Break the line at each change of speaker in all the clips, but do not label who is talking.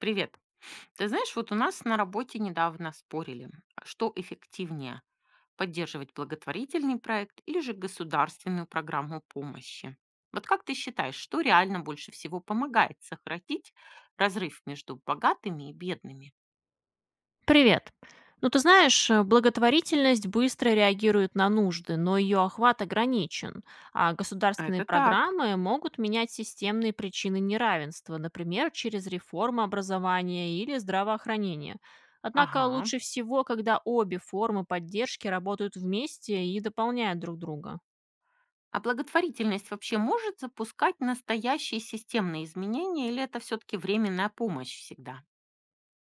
Привет. Ты знаешь, вот у нас на работе недавно спорили, а что эффективнее – поддерживать благотворительный проект или же государственную программу помощи. Вот как ты считаешь, что реально больше всего помогает сократить разрыв между богатыми и бедными?
Привет. Ну, ты знаешь, благотворительность быстро реагирует на нужды, но ее охват ограничен, а
Это
государственные
так.
программы могут менять системные причины неравенства, например, через реформу образования или здравоохранения. Однако
Ага.
лучше всего, когда обе формы поддержки работают вместе и дополняют друг друга.
А благотворительность вообще может запускать настоящие системные изменения или это все-таки временная помощь всегда?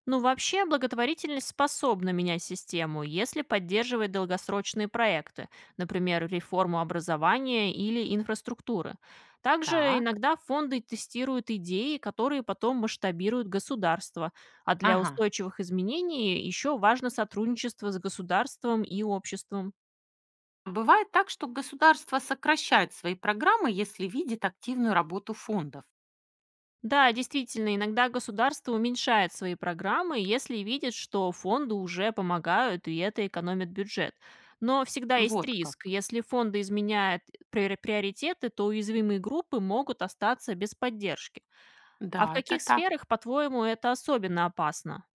Благотворительность способна менять систему, если поддерживает долгосрочные проекты, например, реформу образования или инфраструктуры. Также
Так.
иногда фонды тестируют идеи, которые потом масштабируют государство, а для
Ага.
устойчивых изменений еще важно сотрудничество с государством и обществом.
Бывает так, что государство сокращает свои программы, если видит активную работу фондов.
Да, действительно, иногда государство уменьшает свои программы, если видит, что фонды уже помогают, и это экономит бюджет. Но всегда есть
Вот как.
риск. Если фонды изменяют приоритеты, то уязвимые группы могут остаться без поддержки. А в
Да, это
каких
так.
сферах, по-твоему, это особенно опасно?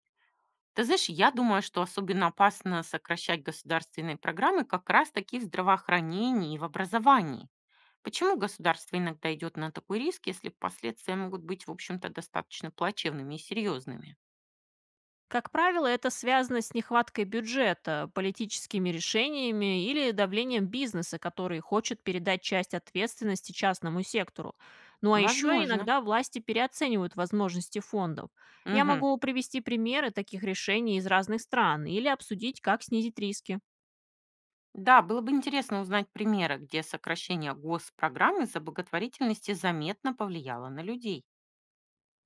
Ты знаешь, я думаю, что особенно опасно сокращать государственные программы как раз-таки в здравоохранении и в образовании. Почему государство иногда идет на такой риск, если последствия могут быть, в общем-то, достаточно плачевными и серьезными?
Как правило, это связано с нехваткой бюджета, политическими решениями или давлением бизнеса, который хочет передать часть ответственности частному сектору. Ну а еще
Возможно.
иногда власти переоценивают возможности фондов. Я
Мгм.
могу привести примеры таких решений из разных стран или обсудить, как снизить риски.
Да, было бы интересно узнать примеры, где сокращение госпрограммы за благотворительности заметно повлияло на людей.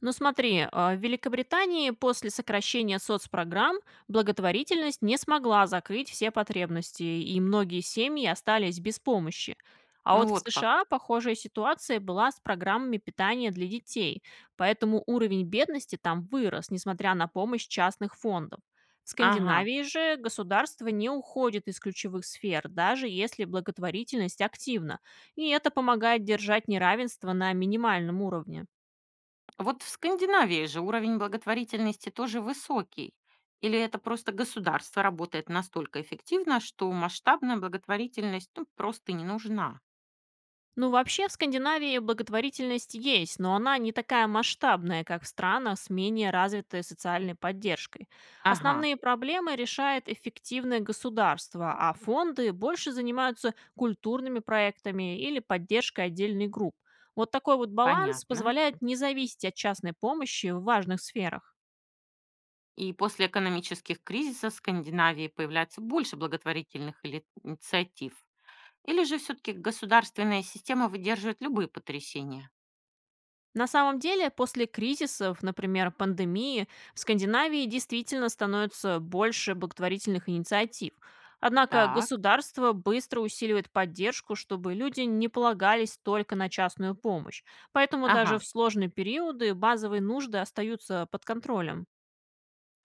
Ну смотри, в Великобритании после сокращения соцпрограмм благотворительность не смогла закрыть все потребности, и многие семьи остались без помощи. А вот в
Вот как.
США похожая ситуация была с программами питания для детей, поэтому уровень бедности там вырос, несмотря на помощь частных фондов. В
Ага.
Скандинавии же государство не уходит из ключевых сфер, даже если благотворительность активна, и это помогает держать неравенство на минимальном уровне.
Вот в Скандинавии же уровень благотворительности тоже высокий. Или это просто государство работает настолько эффективно, что масштабная благотворительность ну, просто не нужна?
Ну, вообще, в Скандинавии благотворительность есть, но она не такая масштабная, как в странах с менее развитой социальной поддержкой.
Ага,
Основные проблемы решает эффективное государство, а фонды больше занимаются культурными проектами или поддержкой отдельных групп. Вот такой вот баланс
понятно.
позволяет не зависеть от частной помощи в важных сферах.
И после экономических кризисов в Скандинавии появляется больше инициатив. Или же все-таки государственная система выдерживает любые потрясения?
На самом деле, после кризисов, например, пандемии, в Скандинавии действительно становится больше благотворительных инициатив. Однако
Так,
государство быстро усиливает поддержку, чтобы люди не полагались только на частную помощь. Поэтому даже
ага.
в сложные периоды базовые нужды остаются под контролем.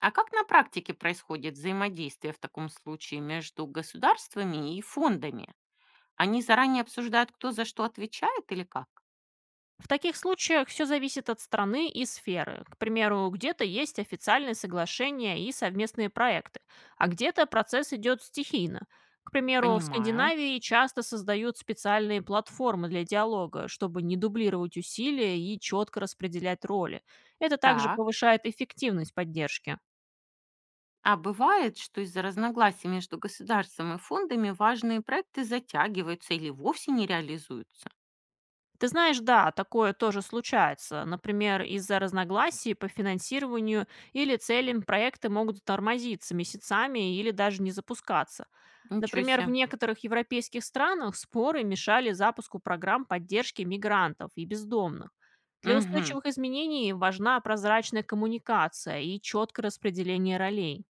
А как на практике происходит взаимодействие в таком случае между государствами и фондами? Они заранее обсуждают, кто за что отвечает или как?
В таких случаях все зависит от страны и сферы. К примеру, где-то есть официальные соглашения и совместные проекты, а где-то процесс идет стихийно. К примеру, в
Понимаю.
Скандинавии часто создают специальные платформы для диалога, чтобы не дублировать усилия и четко распределять роли. Это также
Так.
повышает эффективность поддержки.
А бывает, что из-за разногласий между государством и фондами важные проекты затягиваются или вовсе не реализуются?
Ты знаешь, да, такое тоже случается. Например, из-за разногласий по финансированию или целям проекты могут тормозиться месяцами или даже не запускаться.
Ничего
Например, в
себе.
некоторых европейских странах споры мешали запуску программ поддержки мигрантов и бездомных. Для
Мгм.
устойчивых изменений важна прозрачная коммуникация и четкое распределение ролей.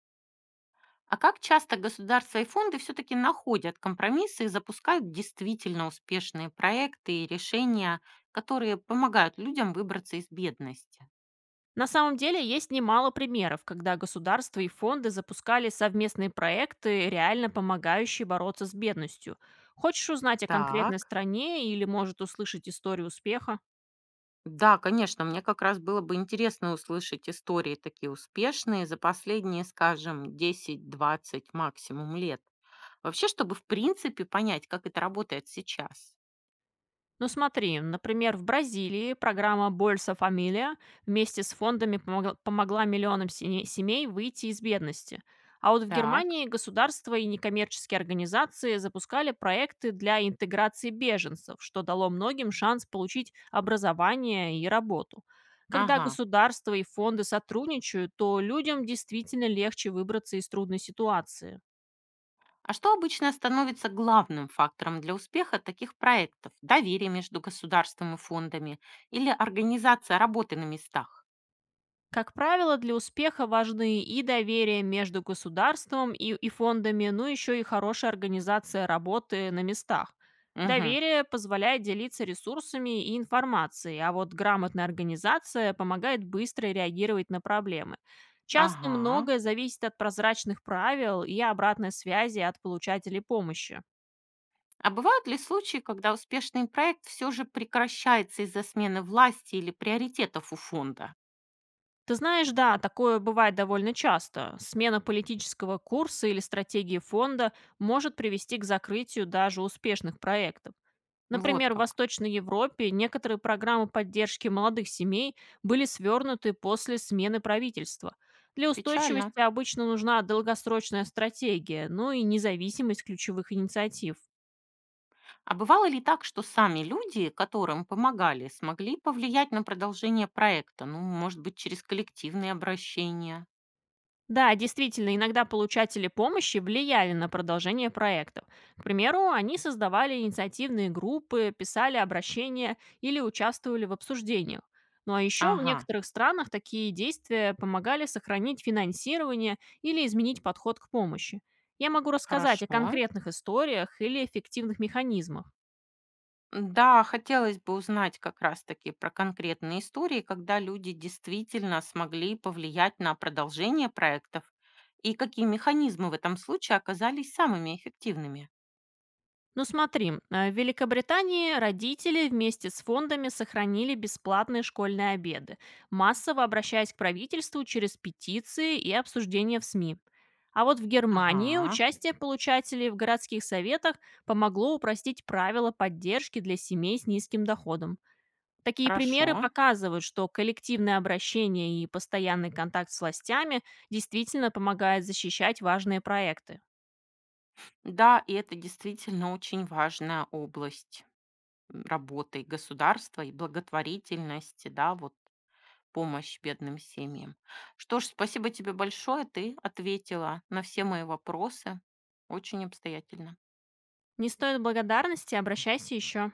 А как часто государства и фонды все-таки находят компромиссы и запускают действительно успешные проекты и решения, которые помогают людям выбраться из бедности?
На самом деле есть немало примеров, когда государства и фонды запускали совместные проекты, реально помогающие бороться с бедностью. Хочешь узнать о конкретной
Так.
стране или, может, услышать историю успеха?
Да, конечно, мне как раз было бы интересно услышать истории такие успешные за последние, скажем, десять-двадцать максимум лет. Вообще, чтобы в принципе понять, как это работает сейчас.
Ну смотри, например, в Бразилии программа «Больса Фамилия» вместе с фондами помогла миллионам семей выйти из бедности. А вот в
Так.
Германии государство и некоммерческие организации запускали проекты для интеграции беженцев, что дало многим шанс получить образование и работу. Когда
Ага.
государство и фонды сотрудничают, то людям действительно легче выбраться из трудной ситуации.
А что обычно становится главным фактором для успеха таких проектов? Доверие между государством и фондами или организация работы на местах?
Как правило, для успеха важны и доверие между государством и фондами, ну еще и хорошая организация работы на местах.
Угу.
Доверие позволяет делиться ресурсами и информацией, а вот грамотная организация помогает быстро реагировать на проблемы. Часто
Ага.
многое зависит от прозрачных правил и обратной связи от получателей помощи.
А бывают ли случаи, когда успешный проект все же прекращается из-за смены власти или приоритетов у фонда?
Ты знаешь, да, такое бывает довольно часто. Смена политического курса или стратегии фонда может привести к закрытию даже успешных проектов.
Вот
Например, в
как.
Восточной Европе некоторые программы поддержки молодых семей были свернуты после смены правительства. Для
Печально.
устойчивости обычно нужна долгосрочная стратегия, ну и независимость ключевых инициатив.
А бывало ли так, что сами люди, которым помогали, смогли повлиять на продолжение проекта? Ну, может быть, через коллективные обращения?
Да, действительно, иногда получатели помощи влияли на продолжение проектов. К примеру, они создавали инициативные группы, писали обращения или участвовали в обсуждениях. Ну а еще в
Ага,
некоторых странах такие действия помогали сохранить финансирование или изменить подход к помощи. Я могу рассказать о
хорошо.
конкретных историях или эффективных механизмах.
Да, хотелось бы узнать как раз-таки про конкретные истории, когда люди действительно смогли повлиять на продолжение проектов и какие механизмы в этом случае оказались самыми эффективными.
Ну смотри, в Великобритании родители вместе с фондами сохранили бесплатные школьные обеды, массово обращаясь к правительству через петиции и обсуждения в СМИ. А вот в Германии
Ага,
участие получателей в городских советах помогло упростить правила поддержки для семей с низким доходом. Такие примеры
хорошо.
показывают, что коллективное обращение и постоянный контакт с властями действительно помогает защищать важные проекты.
Да, и это действительно очень важная область работы государства и благотворительности, да, вот помощь бедным семьям. Что ж, спасибо тебе большое, ты ответила на все мои вопросы очень обстоятельно.
Не стоит благодарности, обращайся еще.